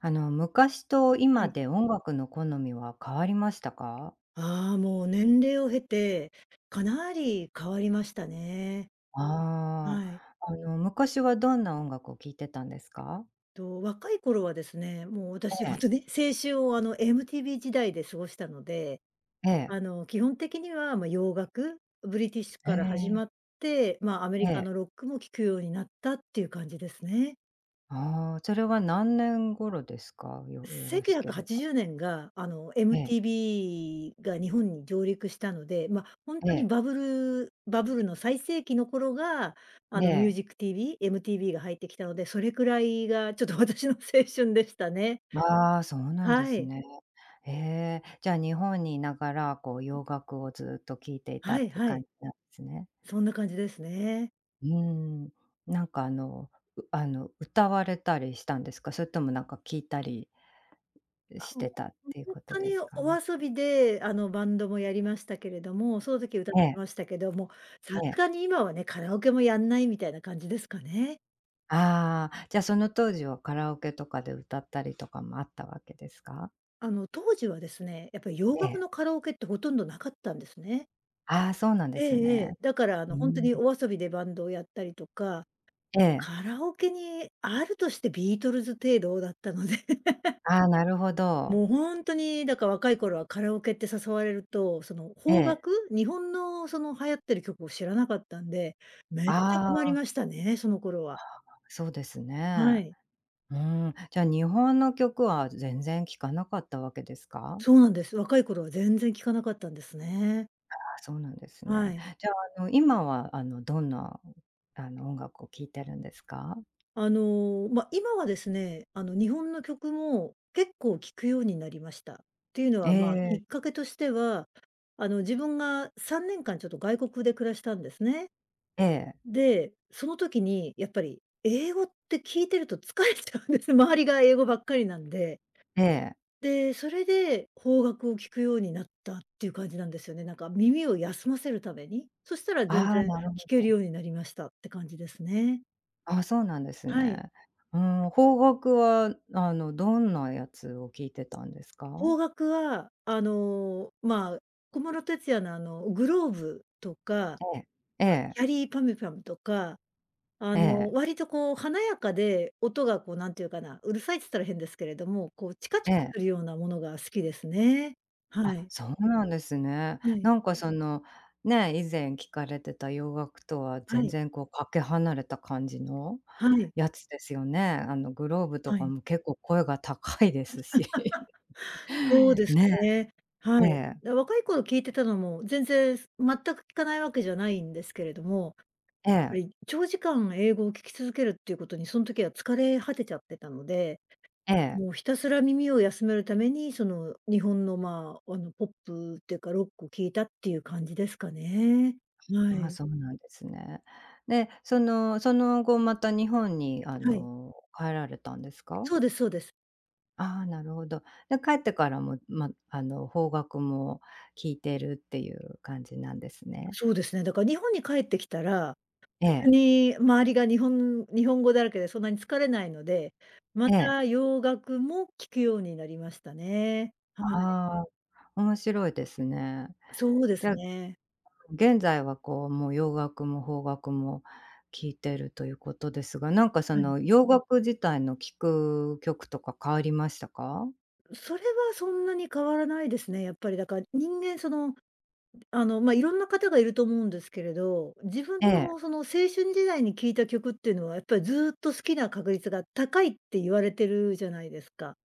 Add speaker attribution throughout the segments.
Speaker 1: 昔と
Speaker 2: は
Speaker 1: 今
Speaker 2: い。
Speaker 1: で音楽の好みは変わりましたか？
Speaker 2: ああ、もう年齢を経て、かなり変わりましたね。
Speaker 1: ああ、
Speaker 2: はい。
Speaker 1: 昔はどんな音楽を聴いてたんですか？
Speaker 2: 若い頃はですね、もう私
Speaker 1: え
Speaker 2: ほん
Speaker 1: え、
Speaker 2: とに青春をMTV 時代で過ごしたので、
Speaker 1: ええ、
Speaker 2: 基本的には、洋楽、ブリティッシュ
Speaker 1: え
Speaker 2: から始
Speaker 1: え、
Speaker 2: まって、アメリ
Speaker 1: え
Speaker 2: カの
Speaker 1: え、
Speaker 2: ロックも聴くようになったっていう感じですね。
Speaker 1: ああ、それは何年頃ですか？よろしけ
Speaker 2: 1980
Speaker 1: れば。
Speaker 2: 年が、
Speaker 1: ええ、
Speaker 2: MTV が日本に上陸したので、ほん
Speaker 1: え
Speaker 2: とに
Speaker 1: え、
Speaker 2: バブルの最盛期の頃が、
Speaker 1: え
Speaker 2: ミュー
Speaker 1: え、
Speaker 2: ジック TV、MTV が入ってきたので、それくらいがちょっと 私の青春でしたね。
Speaker 1: ああ、そうなんで
Speaker 2: は
Speaker 1: す
Speaker 2: い。
Speaker 1: ね。ええ、じゃあ日本にいながら、こう洋楽をずっと聴いていた
Speaker 2: は
Speaker 1: っ
Speaker 2: い
Speaker 1: ていう
Speaker 2: は
Speaker 1: 感
Speaker 2: い。
Speaker 1: じなんですね。
Speaker 2: そんな感じですね。
Speaker 1: うーん、なんかあの、うあの、歌われたりしたんですか？それともなんか聞いたり
Speaker 2: あ、
Speaker 1: し
Speaker 2: も
Speaker 1: てたっ
Speaker 2: う、
Speaker 1: ていう
Speaker 2: ほん
Speaker 1: こと
Speaker 2: と
Speaker 1: で
Speaker 2: に
Speaker 1: すか？
Speaker 2: お遊びで、バンドもやりましたけれども、その時歌っ
Speaker 1: え
Speaker 2: て
Speaker 1: え、
Speaker 2: ましたけども、さ
Speaker 1: え
Speaker 2: す
Speaker 1: え。
Speaker 2: がに今はね、カラオケもやんないみたいな感じですかね。
Speaker 1: ああ、じゃあその当時はカラオケとかで歌ったりとかもあったわけですか？
Speaker 2: 当時はですね、やっぱり洋
Speaker 1: ええ。
Speaker 2: 楽のカラオケってほとんどなかったんですね。
Speaker 1: ああ、そうなんで
Speaker 2: え
Speaker 1: す
Speaker 2: ええ
Speaker 1: ね。
Speaker 2: え。だから
Speaker 1: うー
Speaker 2: ほんと
Speaker 1: ん。
Speaker 2: にお遊びでバンドをやったりとか、
Speaker 1: ええ。
Speaker 2: カラオケにあるとしてビートルズ程度だったので、
Speaker 1: ああ、なるほど。
Speaker 2: もうほんとに、だから若い頃はカラオケって誘われると、その
Speaker 1: え
Speaker 2: 邦
Speaker 1: え。
Speaker 2: 楽、日本のその流行ってる曲を知らなかったんで、めっちゃ
Speaker 1: あ
Speaker 2: 困り
Speaker 1: あ、
Speaker 2: ましたね、その頃は。
Speaker 1: そうです
Speaker 2: は
Speaker 1: ね。
Speaker 2: い。
Speaker 1: うーん、じゃあ日本の曲は全然聴かなかったわけですか？
Speaker 2: そうなんです。若い頃は全然聞かなかったんですね。
Speaker 1: あ、そうなんです
Speaker 2: は
Speaker 1: ね。
Speaker 2: い。
Speaker 1: じゃあ、今は、どんな、音楽を聴いてるんですか？
Speaker 2: 今はですね、日本の曲も結構聴くようになりました。っていうの
Speaker 1: え
Speaker 2: は、まあ、き
Speaker 1: え、
Speaker 2: っかけとしては、自分が3年間ちょっと外国で暮らしたんですね。
Speaker 1: ええ、
Speaker 2: で、その時にやっぱり英語って聞いてると疲れちゃうんです。周りが英語ばっかりなんで。
Speaker 1: ええ。
Speaker 2: で、それで邦楽を聴くようになったっていう感じなんですよね。なんか耳を休ませるために。そしたら
Speaker 1: あ
Speaker 2: 全
Speaker 1: あ、
Speaker 2: 然
Speaker 1: なるほ
Speaker 2: 聴け
Speaker 1: ど。
Speaker 2: るようになりましたって感じですね。
Speaker 1: ああ、そうなんです
Speaker 2: はい。
Speaker 1: ね。うーん、邦楽は、どんなやつを聴いてたんですか？
Speaker 2: 邦楽は、小室哲哉のグローブとか、
Speaker 1: え
Speaker 2: ま、
Speaker 1: え、
Speaker 2: ャリーパミュパムとか、
Speaker 1: ええ、
Speaker 2: 割とこう華やかで、音がこうなんていうかな、うるさいっつったら変ですけれども、こうチカチ
Speaker 1: ええ、
Speaker 2: カ
Speaker 1: え
Speaker 2: する
Speaker 1: え。
Speaker 2: ようなものが好きですね。は
Speaker 1: あ、
Speaker 2: い。
Speaker 1: そうなんですね。
Speaker 2: はい。
Speaker 1: なんかその、ね、以前聞かれてた洋楽とは
Speaker 2: は
Speaker 1: 全
Speaker 2: い。
Speaker 1: 然こうかけ離れた感じの
Speaker 2: はい。
Speaker 1: やつですよね。あのグローブと
Speaker 2: は
Speaker 1: か
Speaker 2: い。
Speaker 1: も結構声が高いですし。
Speaker 2: そうで す
Speaker 1: ね
Speaker 2: ね。
Speaker 1: え、
Speaker 2: は
Speaker 1: え
Speaker 2: い。
Speaker 1: え、
Speaker 2: 若い頃聞いてたのも、全く聞かないわけじゃないんですけれども
Speaker 1: え
Speaker 2: ぱ
Speaker 1: え、
Speaker 2: り長時間英語を聞き続けるっていうことに、その時は疲れ果てちゃってたので、
Speaker 1: ええ。
Speaker 2: もうひたすら耳を休めるために、その日本の、ポップっていうか、ロックを聞いたっていう感じですかね。は
Speaker 1: ああ、
Speaker 2: い。
Speaker 1: そうなんですね。で、そのその後また日本に
Speaker 2: はい。
Speaker 1: 帰られたんですか？
Speaker 2: そうですそうです。
Speaker 1: ああ、なるほど。で、帰ってからも、ま、あの邦楽も聴いてるっていう感じなんですね。
Speaker 2: そうですね。だから日本に帰ってきたら、
Speaker 1: え
Speaker 2: 別
Speaker 1: え。
Speaker 2: に周りが日本語だらけでそんなに疲れないので、ま
Speaker 1: ええ。
Speaker 2: た洋楽も聞くようになりましたね。はい。
Speaker 1: ああ、面白いですね。
Speaker 2: そうで
Speaker 1: じ
Speaker 2: す
Speaker 1: ゃあ、
Speaker 2: ね。
Speaker 1: 現在はこう、もう洋楽も邦楽も聴いてるということですが、なんかそ
Speaker 2: はい。
Speaker 1: の洋楽自体の聴く曲とか変わりましたか？
Speaker 2: それはそんなに変わらないですね。やっぱりだから人間その、いろんな方がいると思うんですけれど、自
Speaker 1: え
Speaker 2: 分のそ
Speaker 1: え。
Speaker 2: の青春時代に聴いた曲っていうのはやっぱりずっと好きな確率が高いって言われてるじゃないですか。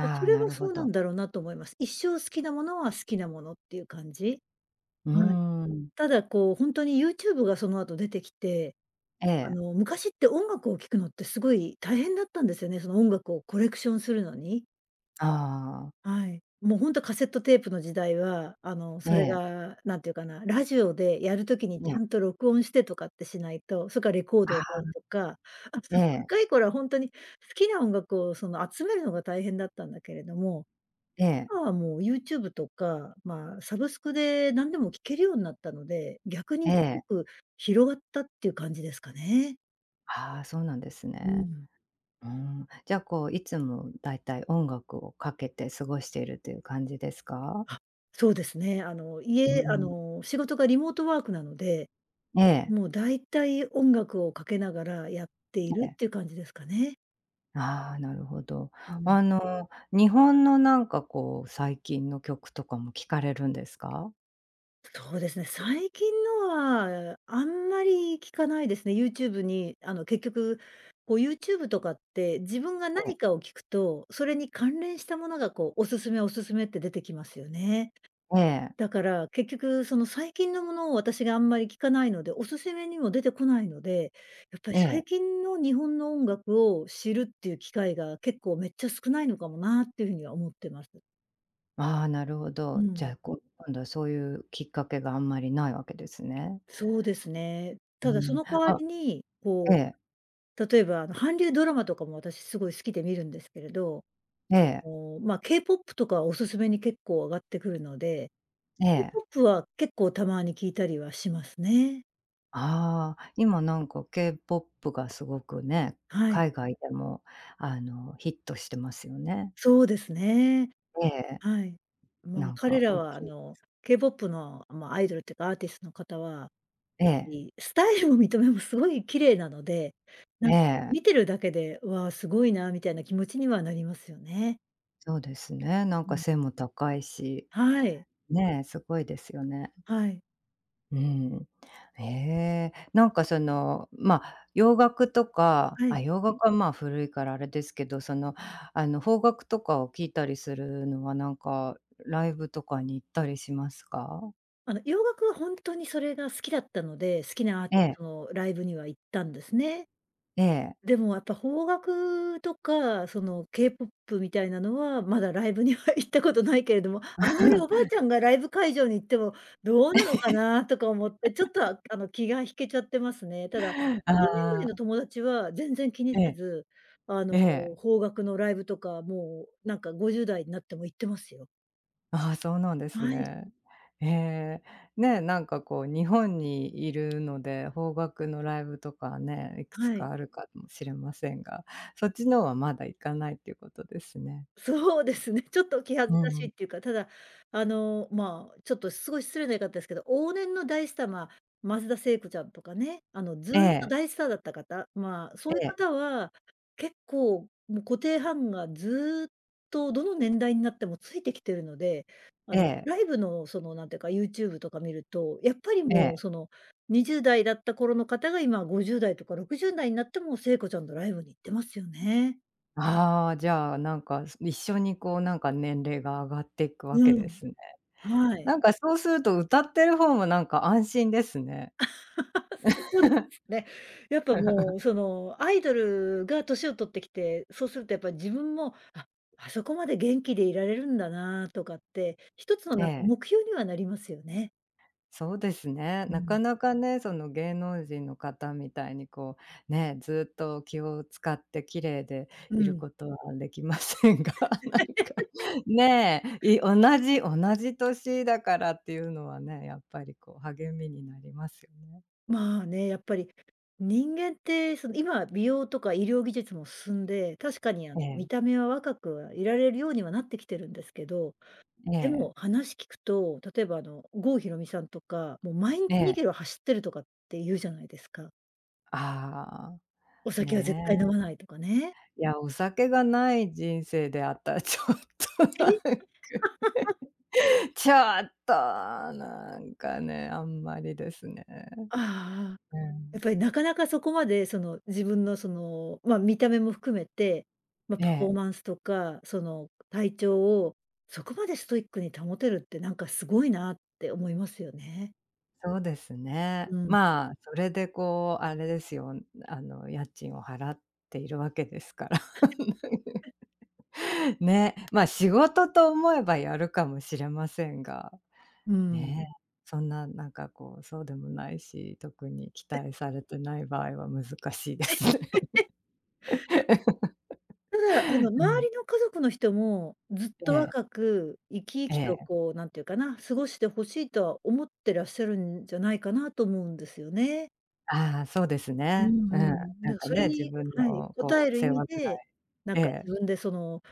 Speaker 2: で、そ
Speaker 1: あ、
Speaker 2: れ
Speaker 1: な
Speaker 2: は
Speaker 1: る
Speaker 2: そ
Speaker 1: ほ
Speaker 2: うな
Speaker 1: ど。
Speaker 2: んだろうなと思います。一生好きなものは好きなものっていう感じ。
Speaker 1: うー
Speaker 2: はい。
Speaker 1: ん。
Speaker 2: ただこう本当に YouTube がその後出てきて、
Speaker 1: ええ。
Speaker 2: 昔って音楽を聴くのってすごい大変だったんですよね、その音楽をコレクションするのに。
Speaker 1: ああ。
Speaker 2: はい。もうほんとカセットテープの時代は、
Speaker 1: え
Speaker 2: それ
Speaker 1: え、
Speaker 2: が何て言うかな、ラジオでやる時にち
Speaker 1: え
Speaker 2: ゃ
Speaker 1: え。
Speaker 2: んと録音してとかってしないと、それからレコー
Speaker 1: あ
Speaker 2: ドを買う
Speaker 1: あ、
Speaker 2: とか、あと
Speaker 1: え え、
Speaker 2: 若い頃はほんとに好きな音楽をその集めるのが大変だったんだけれども、
Speaker 1: ええ、
Speaker 2: 今はもう YouTube とか、まあ、サブスクで何でも聴けるようになったので、逆に
Speaker 1: え
Speaker 2: すご
Speaker 1: え。
Speaker 2: く広がったっていう感じですかね。
Speaker 1: ああ、そうなんです
Speaker 2: う
Speaker 1: ね。
Speaker 2: ん。
Speaker 1: うーん。じゃあ、こう、いつもだいたい音楽をかけて過ごしているという感じですか？
Speaker 2: あ、そうですね。あの、
Speaker 1: うー
Speaker 2: 家あ
Speaker 1: ん。
Speaker 2: の、仕事がリモートワークなので
Speaker 1: ええ。
Speaker 2: もう大体音楽をかけながらやってい
Speaker 1: え
Speaker 2: るっ
Speaker 1: え。
Speaker 2: ていう感じですかね。
Speaker 1: ああ、なるほど。
Speaker 2: うん。
Speaker 1: 日本のなんかこう、最近の曲とかも聞かれるんですか？
Speaker 2: そうですね、最近のはあんまり聞かないですね。YouTube に結局、こう YouTube とかって自分が
Speaker 1: え
Speaker 2: 何
Speaker 1: え。
Speaker 2: かを聞くと、それに関連したものがこうおすすめおすすめって出てきますよね。
Speaker 1: え
Speaker 2: だ
Speaker 1: え。
Speaker 2: から、結局その最近のものを私があんまり聞かないので、おすすめにも出てこないので、やっぱり
Speaker 1: え
Speaker 2: 最
Speaker 1: え。
Speaker 2: 近の日本の音楽を知るっていう機会が結構めっちゃ少ないのかもなっていうふうには思ってます。
Speaker 1: ああ、なるほ
Speaker 2: う
Speaker 1: ど。じ
Speaker 2: ん。
Speaker 1: ゃあ、こう、今度はそういうきっかけがあんまりないわけですね。
Speaker 2: そうですね。
Speaker 1: うー
Speaker 2: ただそ
Speaker 1: ん。
Speaker 2: の代わ
Speaker 1: あ
Speaker 2: りに、
Speaker 1: え
Speaker 2: こ
Speaker 1: え。
Speaker 2: う、例えば韓流ドラマとかも私すごい好きで見るんですけれど、
Speaker 1: ええ。
Speaker 2: K-POP とかはおすすめに結構上がってくるので、
Speaker 1: ええ。
Speaker 2: K-POP は結構たまに聞いたりはしますね。
Speaker 1: ああ、今なんか K-POP がすごくね、
Speaker 2: はい。
Speaker 1: 海外でもあの、ヒットしてますよね。
Speaker 2: そうですね。
Speaker 1: ええ。
Speaker 2: はい。まあ、
Speaker 1: なん
Speaker 2: 彼
Speaker 1: か
Speaker 2: ら
Speaker 1: 大
Speaker 2: は
Speaker 1: きい
Speaker 2: K-POP の、まあ、アイドルっていうか、アーティストの方は、やっ
Speaker 1: え
Speaker 2: ぱ
Speaker 1: え。
Speaker 2: りスタイルも見た目もすごい綺麗なので、な
Speaker 1: え
Speaker 2: んか見
Speaker 1: え。
Speaker 2: てるだけで、わあ、すごいなみたいな気持ちにはなりますよね。
Speaker 1: そうですね、なん
Speaker 2: う
Speaker 1: か
Speaker 2: ん。
Speaker 1: 背も高いし、
Speaker 2: はい。
Speaker 1: ねえ、すごいですよね。
Speaker 2: はい。
Speaker 1: うん。ええ、なんかその、まあ、洋楽とか、
Speaker 2: は
Speaker 1: あ、
Speaker 2: い。
Speaker 1: 洋楽はまあ古いからあれですけど、その、邦楽とかを聴いたりするのはなんか、ライブとかに行ったりしますか？
Speaker 2: 洋楽はほんとにそれが好きだったので、好きなアー
Speaker 1: え
Speaker 2: ティス
Speaker 1: え、
Speaker 2: トのライブには行ったんですね。
Speaker 1: ええ。
Speaker 2: でも、やっぱ邦楽とか、その K-POP みたいなのは、まだライブには 行ったことないけれども、あんまりおばあ ちゃんがライブ会場に行ってもどうなのかなとか思って、ちょっと、気が引けちゃってますね。ただ、同年代
Speaker 1: あ
Speaker 2: の
Speaker 1: あ、
Speaker 2: 友達は全然気に
Speaker 1: え
Speaker 2: せ
Speaker 1: え、
Speaker 2: ず、あの、
Speaker 1: ええ。
Speaker 2: 邦楽のライブとか、もう、なんか50代になっても行ってますよ。
Speaker 1: ああ、そうなんです
Speaker 2: はい、
Speaker 1: ね。ええ。ね、なんかこう日本にいるので、邦楽のライブとかね、いくつ
Speaker 2: はい。
Speaker 1: かあるかもしれませんが、そっちのはまだ行かないっていうことですね。
Speaker 2: そうですね、ちょっと気恥ず
Speaker 1: う
Speaker 2: かしい
Speaker 1: ん。
Speaker 2: っていうか、ただ、ちょっとすごい失礼な言い方ですけど、往年の大スター、まあ、松田聖子ちゃんとかね、ずー
Speaker 1: え
Speaker 2: っと
Speaker 1: え、
Speaker 2: 大スターだった方、まあ、そういう
Speaker 1: ええ、
Speaker 2: 方は、結構、もう固定ファンがずーっとどの年代になってもついてきてるので、
Speaker 1: ええ、
Speaker 2: ライブのその、なんていうか、YouTube とか見ると、やっぱり
Speaker 1: え
Speaker 2: もう、
Speaker 1: え。
Speaker 2: 20代だった頃の方が今50代とか60代になっても聖子ちゃんのライブに行ってますよね。
Speaker 1: ああ、じゃあなんか、一緒にこうなんか年齢が上がっていくわけ
Speaker 2: う
Speaker 1: で
Speaker 2: ん、
Speaker 1: すね。
Speaker 2: はい。
Speaker 1: なんかそうすると歌ってる方もなんか安心ですね。
Speaker 2: そうですね。やっぱもう、アイドルが年を取ってきて、そうするとやっぱ自分も、あ、あそこまで元気でいられるんだなとかって、一つの
Speaker 1: え
Speaker 2: なんか
Speaker 1: え。
Speaker 2: 目標にはなりますよね。
Speaker 1: そうですね。
Speaker 2: う
Speaker 1: な
Speaker 2: ん。
Speaker 1: かなかね、その芸能人の方みたいにこう、ね、ずっと気を使って綺麗で
Speaker 2: う
Speaker 1: いる
Speaker 2: ん。
Speaker 1: ことはできませんが、なんか、ねえ、同じ年だからっていうのはね、やっぱりこう励みになりますよね。
Speaker 2: まあね、やっぱり人間って、今美容とか医療技術も進んで、確かに
Speaker 1: え
Speaker 2: 見
Speaker 1: え、
Speaker 2: た目は若くはいられるようにはなってきてるんですけど、
Speaker 1: え
Speaker 2: で
Speaker 1: え、
Speaker 2: も話聞くと、例えば郷ひろみさんとか、もう毎
Speaker 1: え
Speaker 2: 日2キ
Speaker 1: え。
Speaker 2: ロ走ってるとかって言うじゃないですか。
Speaker 1: あ
Speaker 2: お
Speaker 1: あ、
Speaker 2: 酒は絶対飲
Speaker 1: ね
Speaker 2: まないとかね。
Speaker 1: え。いや、お酒がない人生であったらちょっとなんか
Speaker 2: え、
Speaker 1: ちょっと、なんかね、あんまりですね。
Speaker 2: ああ、
Speaker 1: う
Speaker 2: や
Speaker 1: ん、
Speaker 2: っぱりなかなかそこまでその自分のその、ま、見た目も含めて、ま、
Speaker 1: え
Speaker 2: パフォー
Speaker 1: え、
Speaker 2: マンスとか、その体調をそこまでストイックに保てるってなんかすごいなって思いますよね。
Speaker 1: そうですね。
Speaker 2: うん、
Speaker 1: まあ、それでこう、あれですよ、家賃を払っているわけですから。ね、まあ、仕事と思えばやるかもしれませんが、
Speaker 2: う
Speaker 1: ね、
Speaker 2: ん。
Speaker 1: そんな、なんかこう、そうでもないし、特に期待されてない場合は難しいですね。
Speaker 2: ただ、
Speaker 1: う
Speaker 2: 周
Speaker 1: ん、
Speaker 2: りの家族の人もずっと
Speaker 1: ええ、
Speaker 2: 若く生き生
Speaker 1: え
Speaker 2: きと
Speaker 1: え、
Speaker 2: こう、なんていうかな、過ごして欲しいとは思ってらっしゃるんじゃないかなと思うんですよね。
Speaker 1: ああ、そうです
Speaker 2: う
Speaker 1: ね。
Speaker 2: んう
Speaker 1: うん、
Speaker 2: ん。だ
Speaker 1: な
Speaker 2: か
Speaker 1: ん
Speaker 2: ら
Speaker 1: か
Speaker 2: それ
Speaker 1: ね、自
Speaker 2: に
Speaker 1: 分
Speaker 2: はい、
Speaker 1: の
Speaker 2: 応
Speaker 1: こ
Speaker 2: え
Speaker 1: う
Speaker 2: る意
Speaker 1: 世
Speaker 2: 味
Speaker 1: 話ぐら
Speaker 2: で、
Speaker 1: い
Speaker 2: なん
Speaker 1: え
Speaker 2: か
Speaker 1: え、
Speaker 2: 自分でその、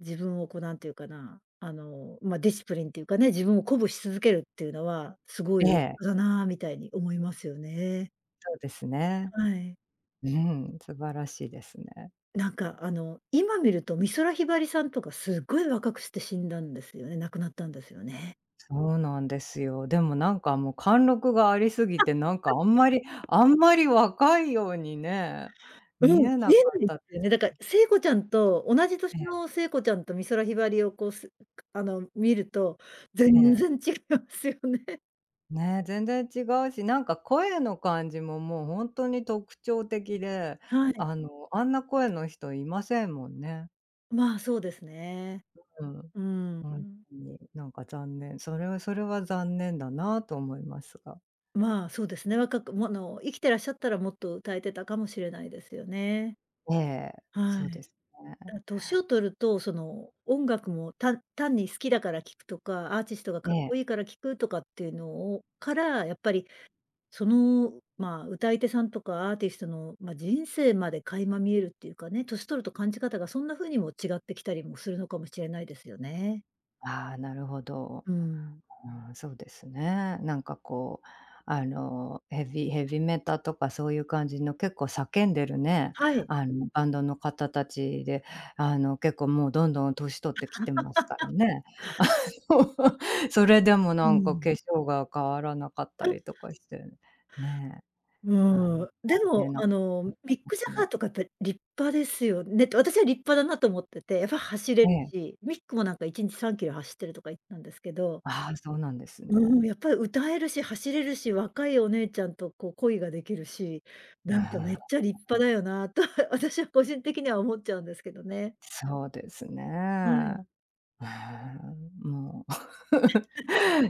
Speaker 2: 自分をこうなんていうかな、ま、ディシプリンっていうかね、自分を鼓舞し続けるっていうのは、すごい
Speaker 1: え
Speaker 2: 立
Speaker 1: え、
Speaker 2: 派だなみたいに思いますよね。
Speaker 1: そうですね。
Speaker 2: はい。
Speaker 1: うん、素晴らしいですね。
Speaker 2: なんか今見ると美空ひばりさんとかすっごい若くして死んだんですよね。亡くなったんですよね。
Speaker 1: そうなんですよ。でもなんかもう貫禄がありすぎて、なんかあんまり若いようにね、
Speaker 2: う
Speaker 1: 見
Speaker 2: ん、
Speaker 1: え
Speaker 2: 見
Speaker 1: な
Speaker 2: え
Speaker 1: かっ
Speaker 2: ないで
Speaker 1: たで
Speaker 2: すよね。
Speaker 1: す。
Speaker 2: だから聖子ちゃんと同じ年
Speaker 1: え
Speaker 2: の聖子ちゃんと美空ひばりをこう、見ると
Speaker 1: え
Speaker 2: 全
Speaker 1: え
Speaker 2: 然
Speaker 1: え。
Speaker 2: 違いますよね。
Speaker 1: ね、全然違うし、なんか声の感じももうほんとに特徴的で、
Speaker 2: はい。
Speaker 1: あんな声の人いませんもんね。
Speaker 2: まあ、そうですね。
Speaker 1: うん。
Speaker 2: うん。
Speaker 1: ほんとに、なんか残念。それはそれは残念だなと思いますが。
Speaker 2: まあ、そうですね。若くも生きてらっしゃったらもっと歌えてたかもしれないですよね。
Speaker 1: ええ、
Speaker 2: は
Speaker 1: そう
Speaker 2: い。
Speaker 1: ですね。
Speaker 2: 年を取ると、その、音楽も単に好きだから聴くとか、アーティストが
Speaker 1: え
Speaker 2: かっこ
Speaker 1: え。
Speaker 2: いいから聴くとかっていうのをから、やっぱりその、まあ、歌い手さんとかアーティストの、まあ、人生まで垣間見えるっていうかね、年取ると感じ方がそんな風にも違ってきたりもするのかもしれないですよね。
Speaker 1: ああ、なるほど。
Speaker 2: うん。
Speaker 1: うん、そうですね。なんかこう、ヘビメタとかそういう感じの結構叫んでるね、
Speaker 2: はい。
Speaker 1: バンドの方たちで、結構もうどんどん年取ってきてますからね。あの、それでも
Speaker 2: う
Speaker 1: なんか
Speaker 2: ん。
Speaker 1: 化粧が変わらなかったりとかして、ね、
Speaker 2: う
Speaker 1: 大
Speaker 2: ん、でも、
Speaker 1: 変なことに
Speaker 2: ミッ
Speaker 1: なっ
Speaker 2: ク・ジ
Speaker 1: て
Speaker 2: ャ
Speaker 1: ま
Speaker 2: ガーと
Speaker 1: す。
Speaker 2: かやっぱり立派ですよねって、私は立派だなと思ってて、やっぱ走れ
Speaker 1: え
Speaker 2: る
Speaker 1: え。
Speaker 2: し、ミックもなんか1日3キロ走ってるとか言ってたんですけど、
Speaker 1: ああ、そうなんです
Speaker 2: うん、
Speaker 1: ね。
Speaker 2: やっぱり歌えるし、走れるし、若いお姉ちゃんとこう恋ができるし、
Speaker 1: う
Speaker 2: な
Speaker 1: ん、
Speaker 2: んかめっちゃ立派だよなと 私は個人的には思っちゃうんですけどね。
Speaker 1: そうですね。
Speaker 2: はい。
Speaker 1: へえ、も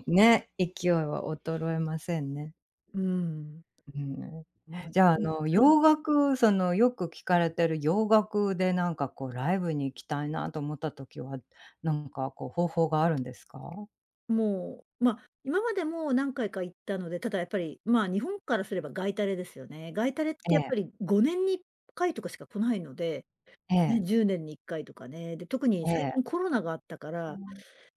Speaker 1: う ね、勢いは衰えませんね。
Speaker 2: うん。
Speaker 1: うん。
Speaker 2: まあ、
Speaker 1: じゃあ、
Speaker 2: うん、はい。
Speaker 1: 洋楽その、よく聞かれてる洋楽でなんかこうライブに行きたいなと思った時は、なんかこう方法があるんですか？
Speaker 2: もう、まあ、今までも何回か行ったので、ただやっぱり、まあ、日本からすれば外タレですよね。外タレって
Speaker 1: え
Speaker 2: やっぱ
Speaker 1: え、
Speaker 2: り5年に1回とかしか来ないので、
Speaker 1: え
Speaker 2: ね、
Speaker 1: え、
Speaker 2: 10年に1回とかね。で、特に
Speaker 1: え
Speaker 2: 最近
Speaker 1: え。
Speaker 2: コロナがあったから、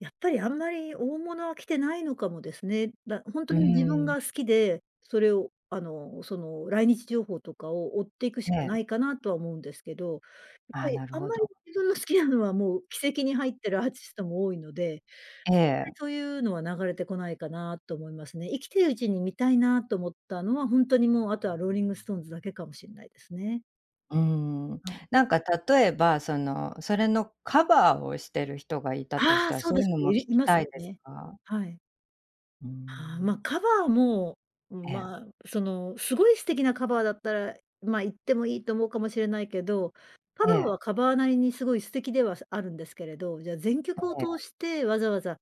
Speaker 2: やっぱりあんまり大物は来てないのかもですね。本当
Speaker 1: う
Speaker 2: に自分
Speaker 1: ん、
Speaker 2: が好きで、それを、その来日情報とかを追っていくし
Speaker 1: え
Speaker 2: かな
Speaker 1: え、
Speaker 2: いかなとは思うんですけど、やっ
Speaker 1: あ
Speaker 2: ぱ
Speaker 1: あ、
Speaker 2: り
Speaker 1: なる
Speaker 2: あん
Speaker 1: ほ
Speaker 2: ま
Speaker 1: ど。
Speaker 2: り自分の好きなのはもう奇跡に入ってるアーティストも多いので、
Speaker 1: ええ、
Speaker 2: そういうのは流れてこないかなと思いますね。生きてるうちに見たいなと思ったのは、ほんとにもう、あとはローリングストーンズだけかもしんないですね。
Speaker 1: うん。
Speaker 2: はい。
Speaker 1: なんか例えば、その、それのカバーをしてる人がいたとし
Speaker 2: ああ、
Speaker 1: たら、
Speaker 2: そう
Speaker 1: そう
Speaker 2: で
Speaker 1: いう
Speaker 2: す
Speaker 1: の
Speaker 2: ね、
Speaker 1: も聞
Speaker 2: い
Speaker 1: き
Speaker 2: ます
Speaker 1: たい
Speaker 2: よ
Speaker 1: です
Speaker 2: ね。
Speaker 1: か？
Speaker 2: はい。
Speaker 1: う
Speaker 2: ああ、
Speaker 1: ん、
Speaker 2: ま、カバーも、
Speaker 1: ええ。
Speaker 2: まあ、その、すごい素敵なカバーだったら、ま、行ってもいいと思うかもしれないけど、カバ
Speaker 1: え
Speaker 2: ー
Speaker 1: え、
Speaker 2: はカバーなりにすごい素敵ではあるんですけれど、じゃあ全曲を
Speaker 1: ええ、
Speaker 2: 通してわざわざ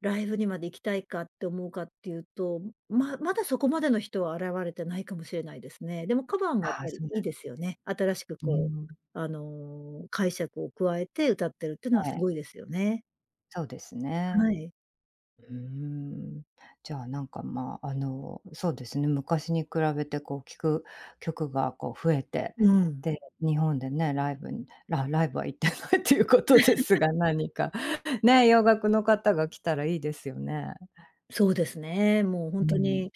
Speaker 2: ライブにまで行きたいかって思うかっていうと、まだそこまでの人は現れてないかもしれないですね。でもカバーもやっ
Speaker 1: ああ、
Speaker 2: ぱり
Speaker 1: そうな
Speaker 2: いい
Speaker 1: ん
Speaker 2: で
Speaker 1: です
Speaker 2: すよ
Speaker 1: ね。
Speaker 2: ね。新しく
Speaker 1: う
Speaker 2: こ
Speaker 1: ー
Speaker 2: う、
Speaker 1: ん。
Speaker 2: 解釈を加えて歌ってるっていうのは
Speaker 1: え
Speaker 2: す
Speaker 1: え、
Speaker 2: ごいですよね。
Speaker 1: そうですね。
Speaker 2: はい。
Speaker 1: うーん。じゃあ、なんか、まあ、そうですね、昔に比べて、こう、聴く曲が、こう、増えて、
Speaker 2: うん。
Speaker 1: で、日本でね、ライブは行ってないということですが、何か、ね、洋楽の方が来たらいいですよね。
Speaker 2: そうですね。もうほ
Speaker 1: う
Speaker 2: んと
Speaker 1: ん。
Speaker 2: に、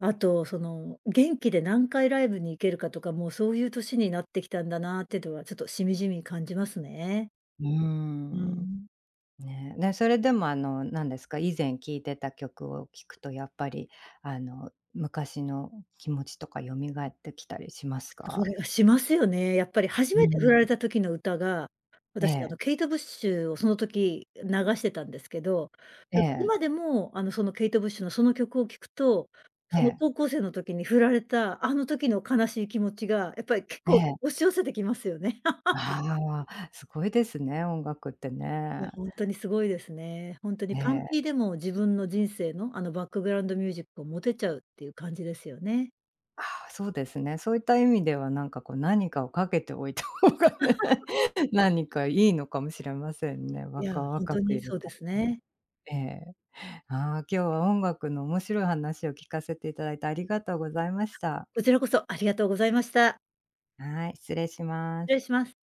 Speaker 2: あとその、元気で何回ライブに行けるかとか、もうそういう年になってきたんだなっていうのは、ちょっとしみじみ感じますね。
Speaker 1: うー
Speaker 2: う
Speaker 1: ん。
Speaker 2: ん。
Speaker 1: ね、で、それでもあの、なんですか、以前聴いてた曲を聴くとやっぱり、昔の気持ちとか蘇ってきたりします
Speaker 2: そ
Speaker 1: か？
Speaker 2: れがしますよね。やっぱり初
Speaker 1: うー
Speaker 2: めて振られ
Speaker 1: ん。
Speaker 2: た時の歌が、
Speaker 1: え
Speaker 2: 私、
Speaker 1: え、
Speaker 2: ケイト・ブッシュをその時流してたんですけど、
Speaker 1: え
Speaker 2: だから
Speaker 1: え、
Speaker 2: 今でも、そのケイト・ブッシュのその曲を聴くと、
Speaker 1: え
Speaker 2: その
Speaker 1: え、
Speaker 2: 高校生の時に振られた、あの時の悲しい気持ちが、やっぱり結
Speaker 1: え
Speaker 2: 構
Speaker 1: え。
Speaker 2: 押し寄せてきますよね。
Speaker 1: ああ、すごいですね、音楽って
Speaker 2: いや、
Speaker 1: ね。
Speaker 2: 本当にすごいですね。本当に
Speaker 1: え
Speaker 2: パン
Speaker 1: え、
Speaker 2: ピーでも自分の人生の、バックグラウンドミュージックを持てちゃうっていう感じですよね。
Speaker 1: ああ、そうですね。そういった意味ではなんかこう何かをかけておいた方がね、何かいいのかもしれませんね、
Speaker 2: いや、
Speaker 1: 若々
Speaker 2: 本当
Speaker 1: く
Speaker 2: に
Speaker 1: いる
Speaker 2: そうで
Speaker 1: か
Speaker 2: すね。
Speaker 1: ええ。ああ、今日は音楽の面白い話を聞かせていただいてありがとうございました。
Speaker 2: こちらこそありがとうございました。
Speaker 1: はい、失礼しま
Speaker 2: 失礼
Speaker 1: す。
Speaker 2: します。